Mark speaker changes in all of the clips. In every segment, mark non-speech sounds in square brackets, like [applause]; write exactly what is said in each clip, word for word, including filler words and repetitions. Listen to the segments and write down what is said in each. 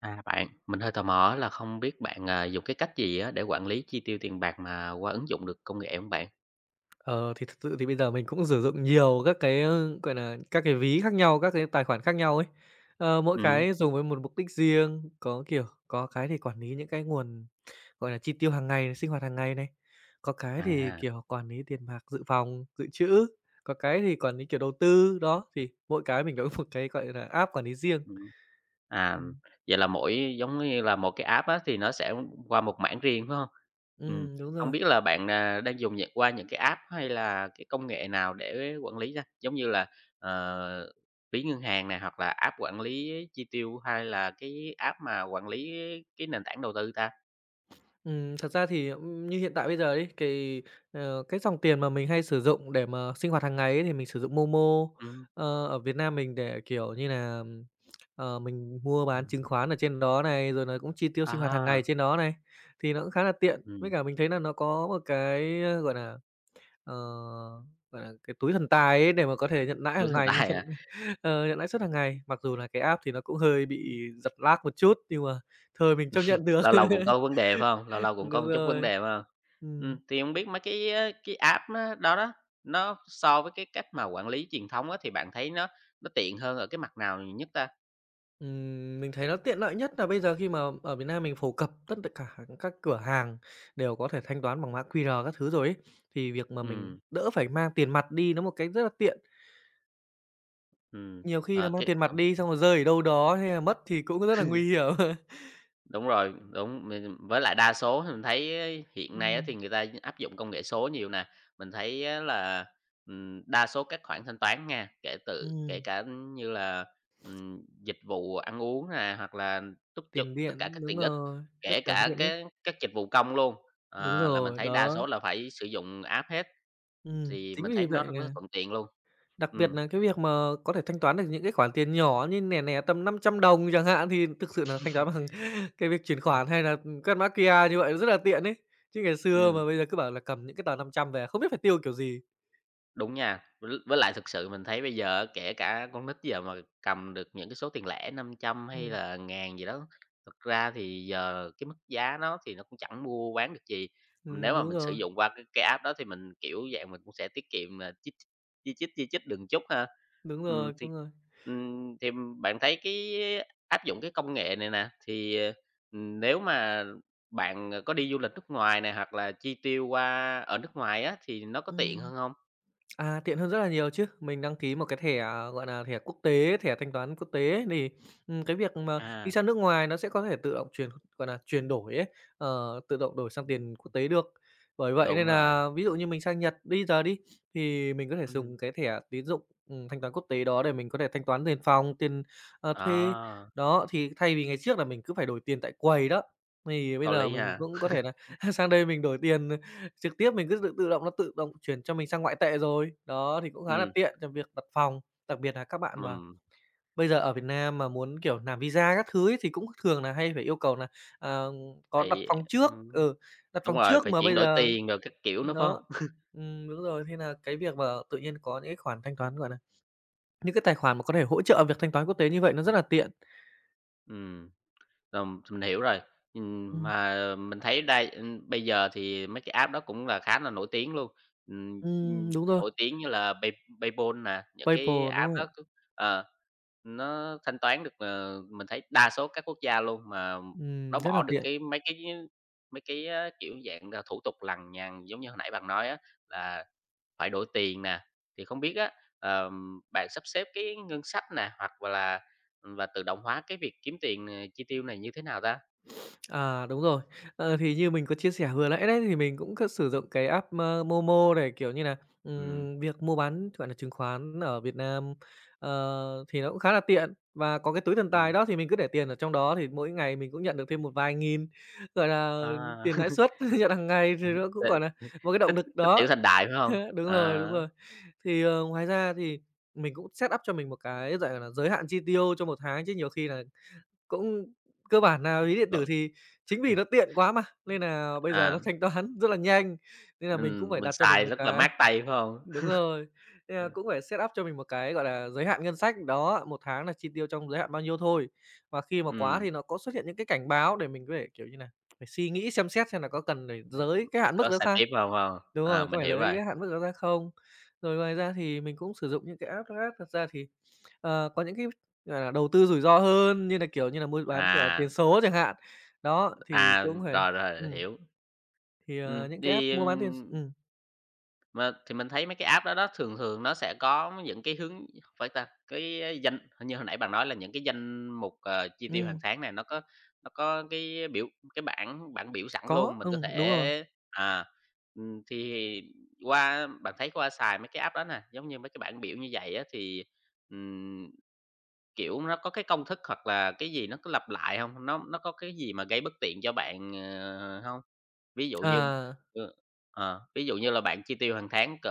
Speaker 1: À bạn, mình hơi tò mò là không biết bạn, à, dùng cái cách gì á để quản lý chi tiêu tiền bạc mà qua ứng dụng được công nghệ không bạn?
Speaker 2: Ờ, thì thật sự thì bây giờ mình cũng sử dụng nhiều các cái, ơ, gọi là các cái ví khác nhau, các cái tài khoản khác nhau ấy. Ờ, mỗi
Speaker 1: Ừm,
Speaker 2: cái dùng với một mục đích riêng, có, kiểu, có cái thì quản lý những cái nguồn, gọi là, chi tiêu hàng ngày, sinh hoạt hàng ngày này, có cái thì,
Speaker 1: à,
Speaker 2: kiểu, quản lý tiền bạc dự phòng, dự trữ, có cái thì quản lý, kiểu, đầu tư. Đó, thì mỗi cái mình có [laughs] một cái, gọi là, app quản lý riêng.
Speaker 1: ừm. À,
Speaker 2: Ừm,
Speaker 1: vậy là mỗi giống như là một cái app á thì nó sẽ qua một mảng riêng, phải không? Ừm,
Speaker 2: ừm, đúng
Speaker 1: Hông
Speaker 2: rồi.
Speaker 1: biết là bạn, à, đang dùng những qua những cái app hay là cái công nghệ nào để quản lý ra. Giống như là, ờ, ví ngân hàng này hoặc là app quản lý chi tiêu hay là cái app mà quản lý cái nền tảng đầu tư ta?
Speaker 2: Ừm, thật ra thì, ưm, như hiện tại bây giờ ấy, thì, ờ, cái dòng tiền mà mình hay sử dụng để mà sinh hoạt hàng ngày ấy thì mình sử dụng Momo.
Speaker 1: Ừm.
Speaker 2: Ờ, ở Việt Nam mình để, kiểu như là, ừm, ờ, mình mua bán chứng khoán ở trên đó này, rồi nó cũng chi tiêu sinh hoạt hàng ngày
Speaker 1: À,
Speaker 2: trên đó này, thì nó cũng khá là tiện. Với
Speaker 1: ừm.
Speaker 2: cả mình thấy là nó có một cái, ơ, gọi là, ờ, gọi là, cái túi thần tài ấy để mà có thể nhận lãi
Speaker 1: Túi
Speaker 2: hàng
Speaker 1: xách
Speaker 2: ngày, nhận
Speaker 1: tay hả?
Speaker 2: [laughs] ờ, nhận lãi suất hàng ngày. Mặc dù là cái app thì nó cũng hơi bị giật lag một chút, nhưng mà thôi mình chấp nhận được.
Speaker 1: Lâu lâu cũng có
Speaker 2: [laughs]
Speaker 1: vấn đề, phải hông? Lâu lâu cũng có một
Speaker 2: Đúng
Speaker 1: chút vấn
Speaker 2: rồi.
Speaker 1: đề, phải hông? Ừm,
Speaker 2: Ừm,
Speaker 1: thì hông biết mấy cái, ơ, cái app á đó đó, nó so với cái cách mà quản lý truyền thống á, thì bạn thấy nó nó tiện hơn ở cái mặt nào nhiều nhất ta?
Speaker 2: ừm, mình thấy nó tiện lợi nhất là bây giờ khi mà ở Việt Nam mình phổ cập tất cả các cửa hàng đều có thể thanh toán bằng mã qu rờ các thứ rồi ấy, thì việc mà mình
Speaker 1: Ừm,
Speaker 2: đỡ phải mang tiền mặt đi nó một cái rất là tiện.
Speaker 1: ừm,
Speaker 2: Nhiều khi là
Speaker 1: ờ,
Speaker 2: mang
Speaker 1: cái
Speaker 2: tiền mặt đi xong rồi rơi ở đâu đó hay là mất thì cũng rất là nguy hiểm. [laughs]
Speaker 1: Đúng rồi, đúng, mình với lại đa số thì mình thấy á hiện nay á thì
Speaker 2: Ừm,
Speaker 1: người ta áp dụng công nghệ số nhiều nè. Mình thấy á là, ừm, đa số các khoản thanh toán nha, kể từ kể
Speaker 2: ừm,
Speaker 1: cả như là, ừm, dịch vụ ăn uống nè, hoặc là túc trực
Speaker 2: tiền
Speaker 1: tất cả
Speaker 2: điện,
Speaker 1: các
Speaker 2: đúng
Speaker 1: tiện ích,
Speaker 2: rồi, tất
Speaker 1: kể
Speaker 2: cả các
Speaker 1: cả
Speaker 2: tiện ích.
Speaker 1: cái các dịch vụ công luôn,
Speaker 2: Đúng
Speaker 1: ờ, là mình
Speaker 2: rồi,
Speaker 1: thấy đa số
Speaker 2: đó,
Speaker 1: là phải sử dụng app hết,
Speaker 2: ừm,
Speaker 1: thì
Speaker 2: chính
Speaker 1: mình
Speaker 2: vì
Speaker 1: thấy nó
Speaker 2: vậy
Speaker 1: rất là
Speaker 2: nè.
Speaker 1: thuận tiện luôn.
Speaker 2: Đặc biệt
Speaker 1: Ừm,
Speaker 2: là cái việc mà có thể thanh toán được những cái khoản tiền nhỏ như nè nè tầm năm trăm đồng chẳng hạn, thì thực sự là thanh toán bằng [laughs] cái việc chuyển khoản hay là, ừm, quét mã kiu a như vậy rất là tiện ấy. Chứ ngày xưa
Speaker 1: ừm.
Speaker 2: mà bây giờ cứ bảo là cầm những cái tờ năm trăm về không biết phải tiêu kiểu gì.
Speaker 1: Đúng nha, với với lại thực sự mình thấy bây giờ á, kể cả con nít giờ mà cầm được những cái số tiền lẻ năm trăm hay
Speaker 2: Ừm.
Speaker 1: là ngàn gì đó, thực ra thì giờ cái mức giá nó thì nó cũng chẳng mua bán được gì. Nếu
Speaker 2: Ừm,
Speaker 1: mà
Speaker 2: đúng
Speaker 1: mình sử
Speaker 2: rồi,
Speaker 1: dụng qua cái cái app đó thì mình, kiểu dạng, mình cũng sẽ tiết kiệm là chích chi chít, chi chít đừng chút ha.
Speaker 2: đúng
Speaker 1: Ừm,
Speaker 2: rồi,
Speaker 1: thì,
Speaker 2: đúng rồi.
Speaker 1: ừm, thì Bạn thấy cái áp dụng cái công nghệ này nè, thì, ờ, nếu mà bạn, ờ, có đi du lịch nước ngoài này hoặc là chi tiêu qua ở nước ngoài á, thì nó có tiện
Speaker 2: Ừm.
Speaker 1: hơn không?
Speaker 2: À, tiện hơn rất là nhiều chứ. Mình đăng ký một cái thẻ, à, gọi là thẻ quốc tế, thẻ thanh toán quốc tế ấy, thì, ừm, cái việc mà đi
Speaker 1: À,
Speaker 2: sang nước ngoài nó sẽ có thể tự động chuyển, gọi là chuyển đổi ấy, ờ, tự động đổi sang tiền quốc tế được. Bởi vậy nên
Speaker 1: đúng rồi,
Speaker 2: là ví dụ như mình sang Nhật bây giờ đi, thì mình có thể
Speaker 1: ừm,
Speaker 2: dùng cái thẻ tín dụng, ừm, thanh toán quốc tế đó để mình có thể thanh toán tiền phòng, tiền, ờ, thuê.
Speaker 1: đó,
Speaker 2: Đó, thì thay vì ngày trước là mình cứ phải đổi tiền tại quầy đó, thì bây
Speaker 1: có
Speaker 2: giờ
Speaker 1: lý
Speaker 2: mình
Speaker 1: ha.
Speaker 2: cũng có thể là [laughs] sang đây mình đổi tiền trực tiếp. Mình cứ tự tự động nó tự động chuyển cho mình sang ngoại tệ rồi, đó, thì cũng khá là
Speaker 1: Ừm,
Speaker 2: tiện cho việc đặt phòng. Đặc biệt là các bạn
Speaker 1: ừm,
Speaker 2: mà bây giờ ở Việt Nam mà muốn, kiểu, làm visa các thứ ấy, thì cũng thường là hay phải yêu cầu là ờ, có đặt
Speaker 1: phải
Speaker 2: phòng trước,
Speaker 1: ừm,
Speaker 2: ừ, đặt
Speaker 1: Đúng
Speaker 2: phòng
Speaker 1: rồi,
Speaker 2: trước
Speaker 1: phải
Speaker 2: mà
Speaker 1: chuyển
Speaker 2: bây
Speaker 1: đổi
Speaker 2: giờ
Speaker 1: tiền rồi các kiểu nữa, phải hông?
Speaker 2: đó, ừm, đúng rồi, thế là cái việc mà tự nhiên có những cái khoản thanh toán, gọi là những cái tài khoản mà có thể hỗ trợ việc thanh toán quốc tế như vậy nó rất
Speaker 1: Ừm,
Speaker 2: là tiện.
Speaker 1: ừm. Rồi mình hiểu rồi. Ừm,
Speaker 2: Ừm,
Speaker 1: mà mình thấy đây, ưm, bây giờ thì mấy cái app đó cũng là khá là nổi tiếng luôn. Ừm,
Speaker 2: ừm,
Speaker 1: ừm,
Speaker 2: đúng rồi,
Speaker 1: nổi tiếng như là Pay PayPal nè, những cái
Speaker 2: PayPal, đúng
Speaker 1: app
Speaker 2: rồi,
Speaker 1: đó cứ ờ, nó thanh toán được, ờ, mình thấy đa số các quốc gia luôn, mà
Speaker 2: ừm,
Speaker 1: nó
Speaker 2: rất
Speaker 1: bỏ
Speaker 2: là
Speaker 1: được
Speaker 2: tiện.
Speaker 1: cái mấy cái mấy cái, á, kiểu, dạng là thủ tục lằng nhằng giống như hồi nãy bạn nói á, là phải đổi tiền nè, thì không biết á, ờm, bạn sắp xếp cái ngân sách nè, hoặc là và tự động hóa cái việc kiếm tiền, ờ, chi tiêu này như thế nào ta?
Speaker 2: À, đúng rồi. Ờ, thì như mình có chia sẻ vừa nãy đấy, thì mình cũng có sử dụng cái app, ơ, Momo để, kiểu như là
Speaker 1: Ừm,
Speaker 2: ừm, việc mua bán, gọi là, chứng khoán ở Việt Nam, ờ, thì nó cũng khá là tiện và có cái túi thần tài
Speaker 1: ừm,
Speaker 2: đó thì mình cứ để tiền ở trong đó thì mỗi ngày mình cũng nhận được thêm một vài nghìn, gọi là,
Speaker 1: à,
Speaker 2: tiền lãi suất
Speaker 1: [laughs]
Speaker 2: [laughs] nhận hàng ngày thì nó
Speaker 1: t
Speaker 2: cũng, gọi là một cái động
Speaker 1: Tích
Speaker 2: lực
Speaker 1: tích tiểu
Speaker 2: đó.
Speaker 1: thành đại, phải không?
Speaker 2: [laughs] Đúng rồi,
Speaker 1: À,
Speaker 2: đúng rồi. Thì, ờ, ngoài ra thì mình cũng set up cho mình một cái, gọi là, giới hạn chi tiêu cho một tháng chứ nhiều khi là cũng cơ bản nà ví điện tử
Speaker 1: rồi,
Speaker 2: thì chính vì nó tiện quá mà, nên là bây giờ nó
Speaker 1: à,
Speaker 2: thanh toán [laughs] rất là nhanh, nên là mình cũng
Speaker 1: ừm,
Speaker 2: phải
Speaker 1: mình
Speaker 2: đặt cho mình
Speaker 1: xài
Speaker 2: một
Speaker 1: rất là
Speaker 2: cái.
Speaker 1: mát tay, phải không?
Speaker 2: [laughs] Đúng rồi, nên là cũng
Speaker 1: [laughs]
Speaker 2: phải set up cho mình một cái, gọi là, giới hạn ngân sách. Đó, một tháng là chi tiêu trong giới hạn bao nhiêu thôi, và khi mà quá
Speaker 1: Ừm,
Speaker 2: thì nó có xuất hiện những cái cảnh báo để mình có thể, kiểu như nà, phải suy nghĩ xem xét xem là có cần để
Speaker 1: ờ,
Speaker 2: giới cái hạn mức
Speaker 1: có
Speaker 2: đó
Speaker 1: xài
Speaker 2: ra,
Speaker 1: tiếp không không
Speaker 2: đúng
Speaker 1: À,
Speaker 2: rồi, có
Speaker 1: mình
Speaker 2: phải
Speaker 1: hiểu
Speaker 2: lấy
Speaker 1: rồi,
Speaker 2: cái hạn mức đó ra không? Rồi ngoài ra thì mình cũng sử dụng những cái app đó, thật ra thì ờ, có những cái, gọi là, đầu tư rủi ro hơn như là kiểu như là mua bán, gọi
Speaker 1: à,
Speaker 2: tiền số chẳng hạn. Đó, thì
Speaker 1: à,
Speaker 2: cũng phải
Speaker 1: rồi, rồi,
Speaker 2: ừm,
Speaker 1: hiểu.
Speaker 2: thì,
Speaker 1: Ừm,
Speaker 2: ờ, những cái app
Speaker 1: đi,
Speaker 2: mua bán tiền s ừm,
Speaker 1: Mà thì mình thấy mấy cái app đó đó thường thường nó sẽ có những cái hướng phải ta, cái danh hình như hồi nãy bạn nói là những cái danh mục, ờ, chi tiêu hàng
Speaker 2: ừm,
Speaker 1: tháng này nó có nó có cái biểu cái bảng bảng biểu sẵn
Speaker 2: có,
Speaker 1: luôn, mình có
Speaker 2: ừm, đúng rồi.
Speaker 1: thể à, ừm, thì qua bạn thấy qua xài mấy cái app đó nè, giống như mấy cái bảng biểu như vậy á thì, ừm, kiểu, nó có cái công thức hoặc là cái gì nó cứ lặp lại không? Nó nó có cái gì mà gây bất tiện cho bạn, ờ, hông? Ví dụ như
Speaker 2: À.
Speaker 1: ừ, ờ, ví dụ như là bạn chi tiêu hàng tháng cỡ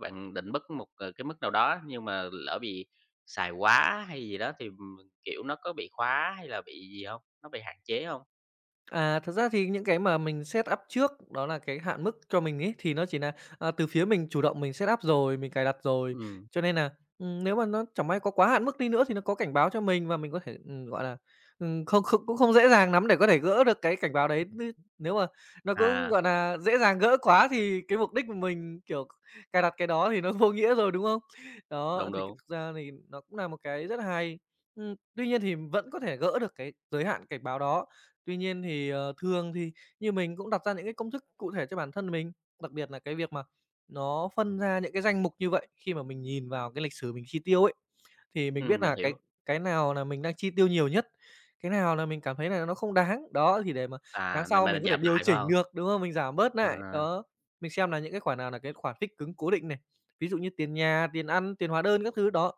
Speaker 1: bạn định mức một, ờ, cái mức nào đó nhưng mà lỡ bị xài quá hay gì đó thì, ừm, kiểu, nó có bị khóa hay là bị gì không? Nó bị hạn chế không?
Speaker 2: À, thật ra thì những cái mà mình set up trước đó là cái hạn mức cho mình ấy, thì nó chỉ là à, từ phía mình chủ động mình set up rồi, mình cài đặt rồi.
Speaker 1: Ừm,
Speaker 2: Cho nên là ừm, nếu mà nó chẳng may có quá hạn mức đi nữa thì nó có cảnh báo cho mình và mình có thể, ừm, gọi là, ừm, không không cũng không dễ dàng lắm để có thể gỡ được cái cảnh báo đấy. N nếu mà nó cũng,
Speaker 1: à,
Speaker 2: gọi là dễ dàng gỡ quá thì cái mục đích của mình, kiểu, cài đặt cái đó thì nó [laughs] vô nghĩa rồi, đúng không? Đó,
Speaker 1: Đúng,
Speaker 2: thì thực
Speaker 1: đúng,
Speaker 2: ra thì nó cũng là một cái rất là hay. Ừm, tuy nhiên thì vẫn có thể gỡ được cái giới hạn cảnh báo đó. Tuy nhiên thì, ờ, thường thì như mình cũng đặt ra những cái công thức cụ thể cho bản thân mình, đặc biệt là cái việc mà nó phân ra những cái danh mục như vậy khi mà mình nhìn vào cái lịch sử mình chi tiêu ấy thì mình biết
Speaker 1: ừm, mình
Speaker 2: là cái
Speaker 1: hiểu.
Speaker 2: cái nào là mình đang chi tiêu nhiều nhất, cái nào là mình cảm thấy là nó không đáng. Đó, thì để mà tháng
Speaker 1: À, nên
Speaker 2: sau mình
Speaker 1: mình
Speaker 2: có thể
Speaker 1: giảm
Speaker 2: điều
Speaker 1: lại, phải
Speaker 2: chỉnh
Speaker 1: không?
Speaker 2: được, đúng không? Mình giảm bớt lại
Speaker 1: À,
Speaker 2: đó. Mình xem là những cái khoản nào là cái khoản fix cứng cố định này, ví dụ như tiền nhà, tiền ăn, tiền hóa đơn các thứ, đó,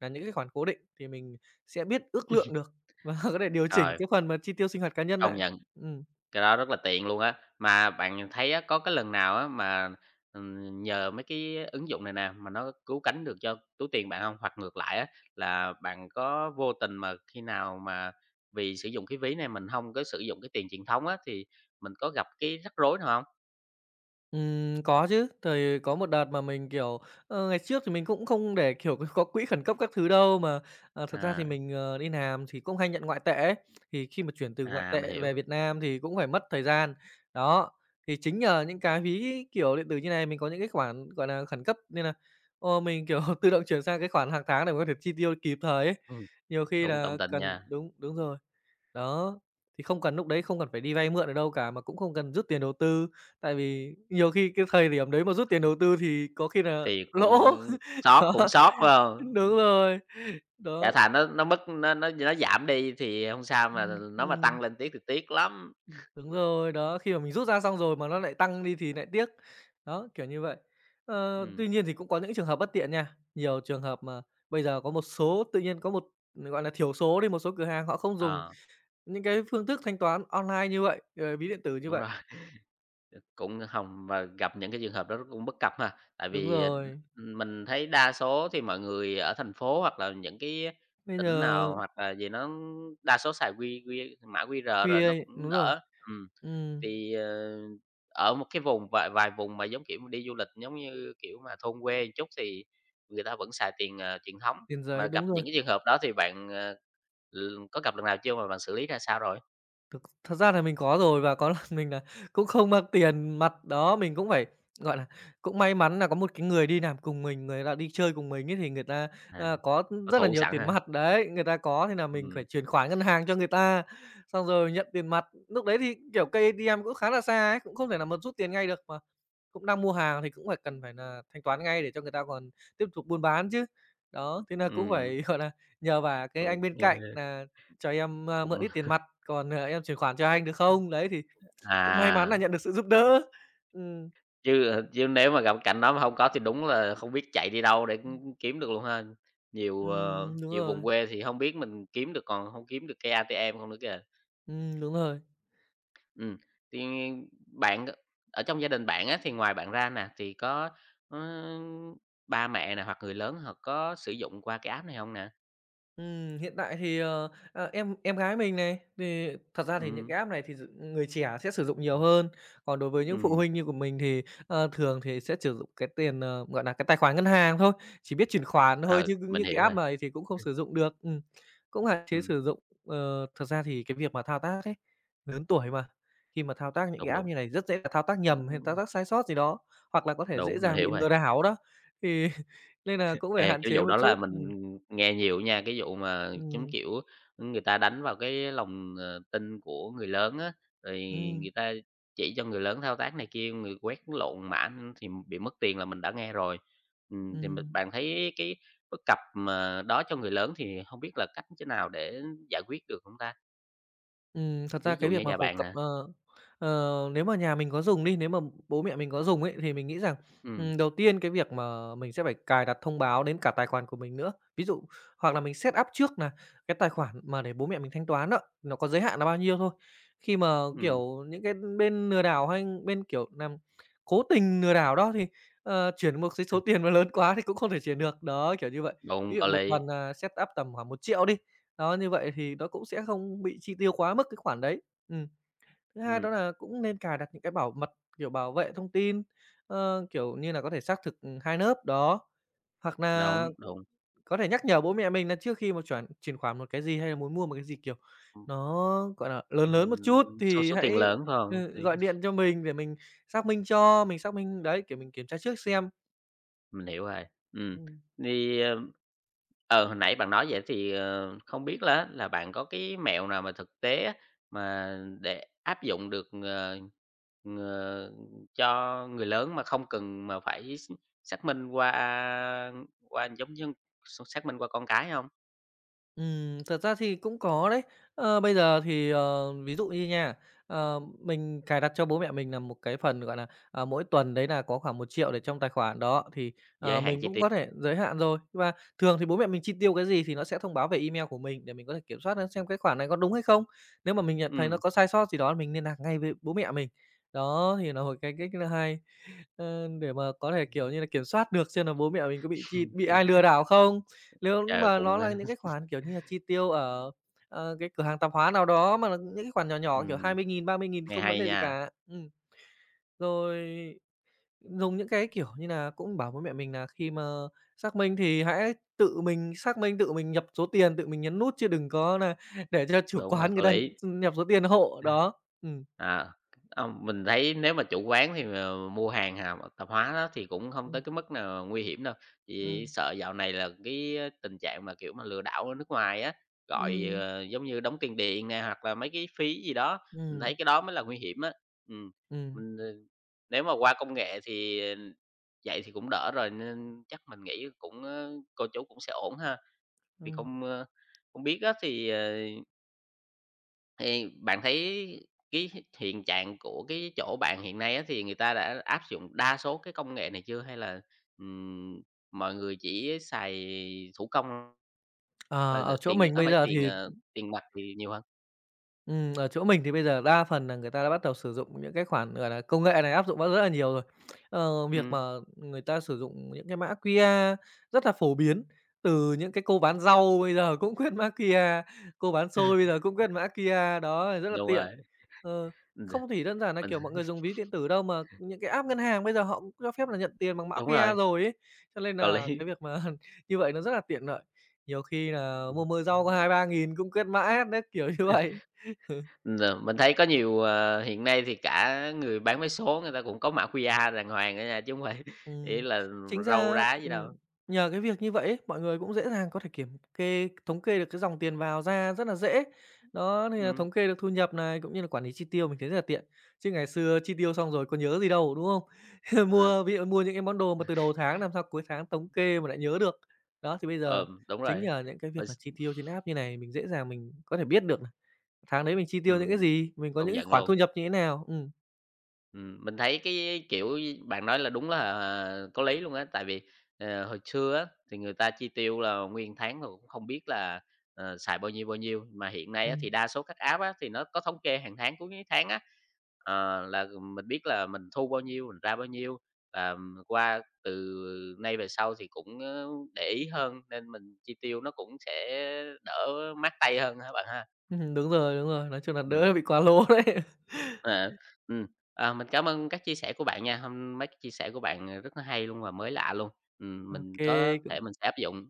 Speaker 2: là những cái khoản cố định thì mình sẽ biết ước lượng được và [laughs] có thể điều chỉnh
Speaker 1: rồi,
Speaker 2: cái phần mà chi tiêu sinh hoạt cá nhân
Speaker 1: công
Speaker 2: lại.
Speaker 1: nhận.
Speaker 2: Ừm.
Speaker 1: Cái đó rất là tiện luôn á. Mà bạn thấy á, có cái lần nào á mà, ừm, nhờ mấy cái ứng dụng này nè, mà nó cứu cánh được cho túi tiền bạn không? Hoặc ngược lại á, là bạn có vô tình mà khi nào mà vì sử dụng cái ví này mình không có sử dụng cái tiền truyền thống á, thì mình có gặp cái rắc rối nào hông?
Speaker 2: Ừm, có chứ. Thời có một đợt mà mình, kiểu, ờ, ngày trước thì mình cũng không để, kiểu, [laughs] có quỹ khẩn cấp các thứ đâu, mà, ờ, thật ra
Speaker 1: À,
Speaker 2: thì mình, ờ, đi làm thì cũng hay nhận ngoại tệ ấy, thì khi mà chuyển từ ngoại
Speaker 1: à, mình
Speaker 2: tệ về
Speaker 1: hiểu.
Speaker 2: Việt Nam thì cũng phải mất thời gian. Đó, thì chính nhờ những cái ví, kiểu, điện tử như này mình có những cái khoản, gọi là, khẩn cấp nên là, ô, mình, kiểu, [laughs] tự động chuyển sang cái khoản hàng tháng để có thể chi tiêu kịp thời ấy.
Speaker 1: Ừm,
Speaker 2: Nhiều khi
Speaker 1: đúng, đồng
Speaker 2: là
Speaker 1: tình
Speaker 2: cần
Speaker 1: nha.
Speaker 2: đúng, đúng rồi. Đó, thì không cần lúc đấy không cần phải đi vay mượn ở đâu cả, mà cũng không cần rút tiền đầu tư, tại vì nhiều khi cái thời điểm đấy mà rút tiền đầu tư thì có khi là
Speaker 1: Thì
Speaker 2: lỗ.
Speaker 1: cũng
Speaker 2: [laughs]
Speaker 1: Sót
Speaker 2: Đó,
Speaker 1: cũng sót phải hông?
Speaker 2: đúng rồi,
Speaker 1: Chả
Speaker 2: đó,
Speaker 1: thà nó nó mất nó nó nó giảm đi thì không sao, mà
Speaker 2: ừm,
Speaker 1: nó mà tăng
Speaker 2: ừm,
Speaker 1: lên tiếc thì tiếc lắm.
Speaker 2: đúng rồi, đó, khi mà mình rút ra xong rồi mà nó lại tăng đi thì lại tiếc. Đó, kiểu như vậy. Ờ,
Speaker 1: Ừm,
Speaker 2: tuy nhiên thì cũng có những trường hợp bất tiện nha, nhiều trường hợp mà bây giờ có một số tự nhiên có một, gọi là, thiểu số đi, một số cửa hàng họ không dùng
Speaker 1: ờ,
Speaker 2: những cái phương thức thanh toán online như vậy, ờ, ví điện tử như
Speaker 1: Đúng
Speaker 2: vậy.
Speaker 1: rồi. Cũng hông, và gặp những cái trường hợp đó cũng bất cập ha. Tại
Speaker 2: Đúng
Speaker 1: vì, ờ,
Speaker 2: rồi.
Speaker 1: mình thấy đa số thì mọi người ở thành phố hoặc là những cái
Speaker 2: Bây
Speaker 1: tỉnh
Speaker 2: giờ
Speaker 1: nào hoặc là gì nó đa số xài quy quy mã quy rồi
Speaker 2: quy a
Speaker 1: nó cũng
Speaker 2: đúng rồi.
Speaker 1: đỡ. Ừm,
Speaker 2: Ừm,
Speaker 1: thì, ờ, ở một cái vùng vài vài vùng mà, giống kiểu, mà đi du lịch giống như, kiểu, mà thôn quê một chút thì người ta vẫn xài tiền, ờ, truyền thống.
Speaker 2: tiền
Speaker 1: Mà
Speaker 2: giấy,
Speaker 1: gặp
Speaker 2: đúng rồi.
Speaker 1: những cái trường hợp đó thì bạn, ờ, l có gặp lần nào chưa mà bạn xử lý ra sao rồi?
Speaker 2: Thực thật ra là mình có rồi, và có [laughs] lần mình là cũng không mang tiền mặt, đó, mình cũng phải, gọi là, cũng may mắn là có một cái người đi làm cùng mình, người ta đi chơi cùng mình ấy thì người ta,
Speaker 1: À,
Speaker 2: à, có
Speaker 1: có
Speaker 2: rất là
Speaker 1: thủ
Speaker 2: nhiều
Speaker 1: sẵn
Speaker 2: tiền
Speaker 1: ha?
Speaker 2: mặt, đấy, người ta có. Thế là mình phải
Speaker 1: Ừm,
Speaker 2: chuyển khoản ngân hàng cho người ta, xong rồi nhận tiền mặt. Lúc đấy thì, kiểu, cây a tê em cũng khá là xa ấy, cũng không thể nào mà rút tiền ngay được mà. Cũng đang mua hàng thì cũng phải cần phải là thanh toán ngay để cho người ta còn tiếp tục buôn bán chứ. Đó, thế nà cũng
Speaker 1: ừm,
Speaker 2: phải, [laughs] gọi là, nhờ vả cái anh bên cạnh là: "Cho em, a, mượn
Speaker 1: Cũng
Speaker 2: ít tiền mặt, còn, ờ, em chuyển khoản cho anh được không?" Đấy, thì cũng may mắn là
Speaker 1: à,
Speaker 2: nhận được sự giúp đỡ. Ừm,
Speaker 1: Chứ, ờ, chứ nếu mà gặp cảnh đó mà không có thì đúng là không biết chạy đi đâu để cũng kiếm được luôn ha. Nhiều, ờ,
Speaker 2: ừm, đúng
Speaker 1: nhiều vùng
Speaker 2: rồi,
Speaker 1: quê thì không biết mình kiếm được, còn không kiếm được cây a tê em không nữa kìa.
Speaker 2: ừm, đúng rồi.
Speaker 1: Ừm, thì bạn ở trong gia đình bạn á, thì ngoài bạn ra nè, thì có, ơ, ba mẹ nè hoặc người lớn họ có sử dụng qua cái app này không nè?
Speaker 2: Ừm, hiện tại thì, ờ, ờ, em em gái mình này, thì thật ra thì những
Speaker 1: Ừm,
Speaker 2: cái app này thì d người trẻ sẽ sử dụng nhiều
Speaker 1: ừm,
Speaker 2: hơn. Còn đối với những phụ
Speaker 1: ừm, ừ,
Speaker 2: huynh như của mình thì, ờ, thường thì sẽ sử dụng cái tiền, ờ, gọi là, cái tài khoản ngân hàng thôi, chỉ biết chuyển khoản thôi
Speaker 1: Ờ,
Speaker 2: chứ
Speaker 1: mình
Speaker 2: những cái
Speaker 1: hiểu rồi,
Speaker 2: app này thì cũng không sử dụng được. Ừm, cũng hạn chế
Speaker 1: ừm,
Speaker 2: sử dụng. Ờ, thật ra thì cái việc mà thao tác ấy, lớn tuổi mà, khi mà thao tác những
Speaker 1: đúng,
Speaker 2: cái app
Speaker 1: đúng,
Speaker 2: như này rất dễ là thao tác
Speaker 1: Ừ,
Speaker 2: nhầm hay thao tác sai sót gì đó, hoặc là có thể dễ
Speaker 1: đúng, mình
Speaker 2: dàng
Speaker 1: hiểu
Speaker 2: bị
Speaker 1: rồi.
Speaker 2: lừa đảo đó. Thì [laughs] nên là cũng phải
Speaker 1: Ê,
Speaker 2: hạn
Speaker 1: cái
Speaker 2: chế
Speaker 1: vụ
Speaker 2: một
Speaker 1: đó
Speaker 2: chút.
Speaker 1: là mình
Speaker 2: Ừm,
Speaker 1: nghe nhiều nha, cái vụ mà, giống
Speaker 2: ừm,
Speaker 1: kiểu, người ta đánh vào cái lòng, ờ, tin của người lớn á, rồi người
Speaker 2: ừm.
Speaker 1: ta chỉ cho người lớn thao tác này kia, người quét lộn mã thì bị mất tiền là mình đã nghe rồi. Ừm, thì mình
Speaker 2: Ừm,
Speaker 1: bạn thấy cái bất cập mà đó cho người lớn thì không biết là cách thế nào để giải quyết được không ta?
Speaker 2: ừm, thật ra
Speaker 1: Ví dụ
Speaker 2: cái
Speaker 1: như
Speaker 2: việc mà
Speaker 1: nhà
Speaker 2: phổ
Speaker 1: bạn
Speaker 2: cập,
Speaker 1: nè,
Speaker 2: ờ, ờ, nếu mà nhà mình có dùng đi, nếu mà bố mẹ mình có dùng ấy, thì mình nghĩ rằng,
Speaker 1: ừm,
Speaker 2: ừm, đầu tiên cái việc mà mình sẽ phải cài đặt thông báo đến cả tài khoản của mình nữa. Ví dụ hoặc là mình set up trước nà cái tài khoản mà để bố mẹ mình thanh toán đó, nó có giới hạn là bao nhiêu thôi. Khi mà,
Speaker 1: ừm,
Speaker 2: kiểu, những cái bên lừa đảo hay bên, kiểu, làm cố tình lừa đảo đó thì, ờ, chuyển một cái số tiền mà lớn quá thì cũng không thể chuyển được. Đó, kiểu như vậy.
Speaker 1: đúng, [laughs]
Speaker 2: Ví
Speaker 1: có
Speaker 2: dụ một
Speaker 1: lý,
Speaker 2: tuần, à, set up tầm khoảng một triệu đi. Đó, như vậy thì nó cũng sẽ không bị chi tiêu quá mức cái khoản đấy. Ừm. Thứ hai
Speaker 1: ừm,
Speaker 2: đó là cũng nên cài đặt những cái bảo mật, kiểu, bảo vệ thông tin, ờ, kiểu như là, có thể xác thực, ừ, hai lớp đó. Hoặc là
Speaker 1: đúng, đúng,
Speaker 2: có thể nhắc nhở bố mẹ mình là trước khi mà chuyển chuyển khoản một cái gì hay là muốn mua một cái gì, kiểu,
Speaker 1: ừm,
Speaker 2: nó, gọi là, lớn lớn một chút
Speaker 1: số
Speaker 2: thì
Speaker 1: số tiền
Speaker 2: hãy
Speaker 1: lớn, phải không?
Speaker 2: ừ,
Speaker 1: Thì
Speaker 2: gọi điện cho mình để mình xác minh cho, mình xác minh đấy, kiểu, mình kiểm tra trước xem.
Speaker 1: Mình hiểu rồi. Ừm,
Speaker 2: Ừm.
Speaker 1: thì, ờ ờ, Hồi nãy bạn nói vậy thì, ờ, không biết là là bạn có cái mẹo nào mà thực tế á, mà để áp dụng được, ờ, ờ, cho người lớn mà không cần mà phải x xác minh qua qua giống như x xác minh qua con cái không?
Speaker 2: Ừm, thật ra thì cũng có đấy. Ờ, bây giờ thì, ờ, ví dụ như nha, ờ, mình cài đặt cho bố mẹ mình là một cái phần, gọi là à, mỗi tuần đấy là có khoảng một triệu để trong tài khoản, đó, thì,
Speaker 1: Giới
Speaker 2: ờ,
Speaker 1: hạn
Speaker 2: mình
Speaker 1: chi
Speaker 2: cũng
Speaker 1: tiêu.
Speaker 2: có thể giới hạn rồi. Và thường thì bố mẹ mình chi tiêu cái gì thì nó sẽ thông báo về email của mình để mình có thể kiểm soát, ơ, xem cái khoản này có đúng hay không. Nếu mà mình nhận thấy nó
Speaker 1: Ừm,
Speaker 2: có sai sót gì đó mình liên lạc ngay với bố mẹ mình. Đó, thì là một cái cách thứ hai ờ, để mà có thể, kiểu như là, kiểm soát được xem là bố mẹ mình có bị chi bị ai lừa đảo không. Nếu
Speaker 1: trời,
Speaker 2: mà
Speaker 1: cũng, [laughs]
Speaker 2: nó là
Speaker 1: ơ,
Speaker 2: những cái khoản, kiểu như là, chi tiêu ở, ờ, cái cửa hàng tạp hóa nào đó mà là những cái khoản nhỏ nhỏ, kiểu, hai mươi nghìn ba mươi nghìn thì
Speaker 1: Nghe
Speaker 2: không vấn
Speaker 1: hay
Speaker 2: đề gì
Speaker 1: nha,
Speaker 2: cả. Ừm. Rồi dùng những cái, kiểu như nà, cũng bảo bố mẹ mình nà khi mà xác minh thì hãy tự mình xác minh, tự mình nhập số tiền, tự mình nhấn nút chứ đừng có nà để cho chủ [laughs]
Speaker 1: đúng rồi,
Speaker 2: quán người
Speaker 1: có
Speaker 2: ta
Speaker 1: lý.
Speaker 2: nhập số tiền hộ, đó. Ừm,
Speaker 1: À, hông, mình thấy nếu mà chủ quán thì, ờ, mua hàng hàng tạp hóa đó thì cũng không tới
Speaker 2: ừm,
Speaker 1: cái mức nào nguy hiểm đâu, chỉ
Speaker 2: ừm,
Speaker 1: sợ dạo này là cái ờ, tình trạng mà, kiểu mà, lừa đảo ở nước ngoài á, gọi,
Speaker 2: ừm,
Speaker 1: ờ, giống như đóng tiền điện nè, hoặc là mấy cái phí gì đó, mình thấy
Speaker 2: ừm,
Speaker 1: cái đó mới là nguy hiểm á. Ừm,
Speaker 2: ừm,
Speaker 1: mình, ờ, nếu mà qua công nghệ thì ờ, vậy thì cũng đỡ rồi, nên chắc mình nghĩ cũng, ơ, cô chú cũng sẽ ổn ha. Thì
Speaker 2: ừm.
Speaker 1: không, ơ, không biết á thì, ờ thì bạn thấy cái hiện trạng của cái chỗ bạn hiện nay á, thì người ta đã áp dụng đa số cái công nghệ này chưa? Hay là, ừm, mọi người chỉ xài thủ công là
Speaker 2: Ờ,
Speaker 1: là
Speaker 2: ở chỗ
Speaker 1: tiền
Speaker 2: mình
Speaker 1: á,
Speaker 2: bây
Speaker 1: phải
Speaker 2: giờ
Speaker 1: tiền,
Speaker 2: thì
Speaker 1: ờ, tiền mặt thì nhiều hơn?
Speaker 2: ừm, ở chỗ mình thì bây giờ đa phần là người ta đã bắt đầu sử dụng những cái khoản, gọi là, công nghệ này áp dụng vào rất là nhiều rồi. Ờ, việc mà
Speaker 1: Ừm,
Speaker 2: người ta sử dụng những cái mã quy rờ rất là phổ biến, từ những cái cô bán rau bây giờ cũng quét mã kiu a, cô bán xôi bây giờ cũng quét mã quy rờ, đó, rất là
Speaker 1: đúng
Speaker 2: tiện.
Speaker 1: rồi,
Speaker 2: Ờ,
Speaker 1: ừm,
Speaker 2: không chỉ đơn giản là,
Speaker 1: mình
Speaker 2: kiểu, mọi người
Speaker 1: [laughs]
Speaker 2: dùng ví điện tử đâu, mà những cái app ngân hàng bây giờ họ cũng cho phép là nhận tiền bằng mã
Speaker 1: Đúng
Speaker 2: kiu a
Speaker 1: rồi,
Speaker 2: rồi ấy, cho nên
Speaker 1: có
Speaker 2: là
Speaker 1: lý.
Speaker 2: cái việc mà [laughs] như vậy nó rất là tiện lợi. Nhiều khi là
Speaker 1: Ừm.
Speaker 2: mua mớ rau có hai ba nghìn cũng quét mã hết đấy, kiểu như vậy.
Speaker 1: Rồi, mình thấy có nhiều, ờ, hiện nay thì cả người bán vé số người ta cũng có mã quy đàng hoàng nữa nha, chứ không phải [laughs] ý
Speaker 2: Ừm,
Speaker 1: là
Speaker 2: chính
Speaker 1: râu
Speaker 2: ra,
Speaker 1: rá gì
Speaker 2: ừm,
Speaker 1: đâu.
Speaker 2: nhờ cái việc như vậy ấy, mọi người cũng dễ dàng có thể kiểm kê, thống kê được cái dòng tiền vào ra rất là dễ. Đó, nên là
Speaker 1: Ừm,
Speaker 2: thống kê được thu nhập này, cũng như là quản lý chi tiêu mình thấy rất là tiện. Chứ ngày xưa chi tiêu xong rồi có nhớ gì đâu, đúng không? [laughs]
Speaker 1: ờ,
Speaker 2: Mua ví dụ mua những cái món đồ mà từ đầu tháng làm sao cuối tháng thống kê mà lại nhớ được. Đó, thì bây giờ
Speaker 1: ờm, Đúng
Speaker 2: chính
Speaker 1: rồi.
Speaker 2: nhờ những cái
Speaker 1: Hồi
Speaker 2: việc là chi tiêu trên app như này, mình dễ dàng mình có thể biết được nà tháng đấy mình chi tiêu những
Speaker 1: Ừm,
Speaker 2: cái
Speaker 1: mình
Speaker 2: gì, mình có
Speaker 1: công
Speaker 2: những cái
Speaker 1: nhận
Speaker 2: khoản
Speaker 1: luôn.
Speaker 2: thu nhập như thế nào. Ừm,
Speaker 1: Ừm, mình thấy cái, kiểu, bạn nói là đúng là, à, có lý luôn á, tại vì, ờ, hồi xưa á, thì người ta chi tiêu là nguyên tháng rồi cũng không biết là, ờ, xài bao nhiêu, bao nhiêu, mà hiện nay á,
Speaker 2: ừm,
Speaker 1: thì đa số các app á, thì nó có thống kê hàng tháng, cuối tháng á, ờ, là mình biết là mình thu bao nhiêu, mình ra bao nhiêu, và qua từ nay về sau thì cũng, ơ, để ý hơn nên mình chi tiêu nó cũng sẽ đỡ mát tay hơn hả bạn ha?
Speaker 2: [laughs] đúng rồi, đúng rồi, nói chung là
Speaker 1: Ừm.
Speaker 2: đỡ bị quá lố [laughs] đấy.
Speaker 1: À, ừm, à, mình cảm ơn các chia sẻ của bạn nha, hôm mấy cái chia sẻ của bạn, ờ, rất là hay luôn và mới lạ luôn. Ừm, mình
Speaker 2: OK,
Speaker 1: có thể
Speaker 2: cũng
Speaker 1: mình sẽ áp dụng.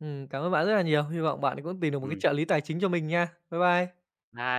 Speaker 2: ừm, cảm ơn bạn rất là nhiều. Hy vọng bạn cũng tìm được một cái
Speaker 1: Ừm,
Speaker 2: trợ lý tài chính cho mình nha. Bye bye.
Speaker 1: bye.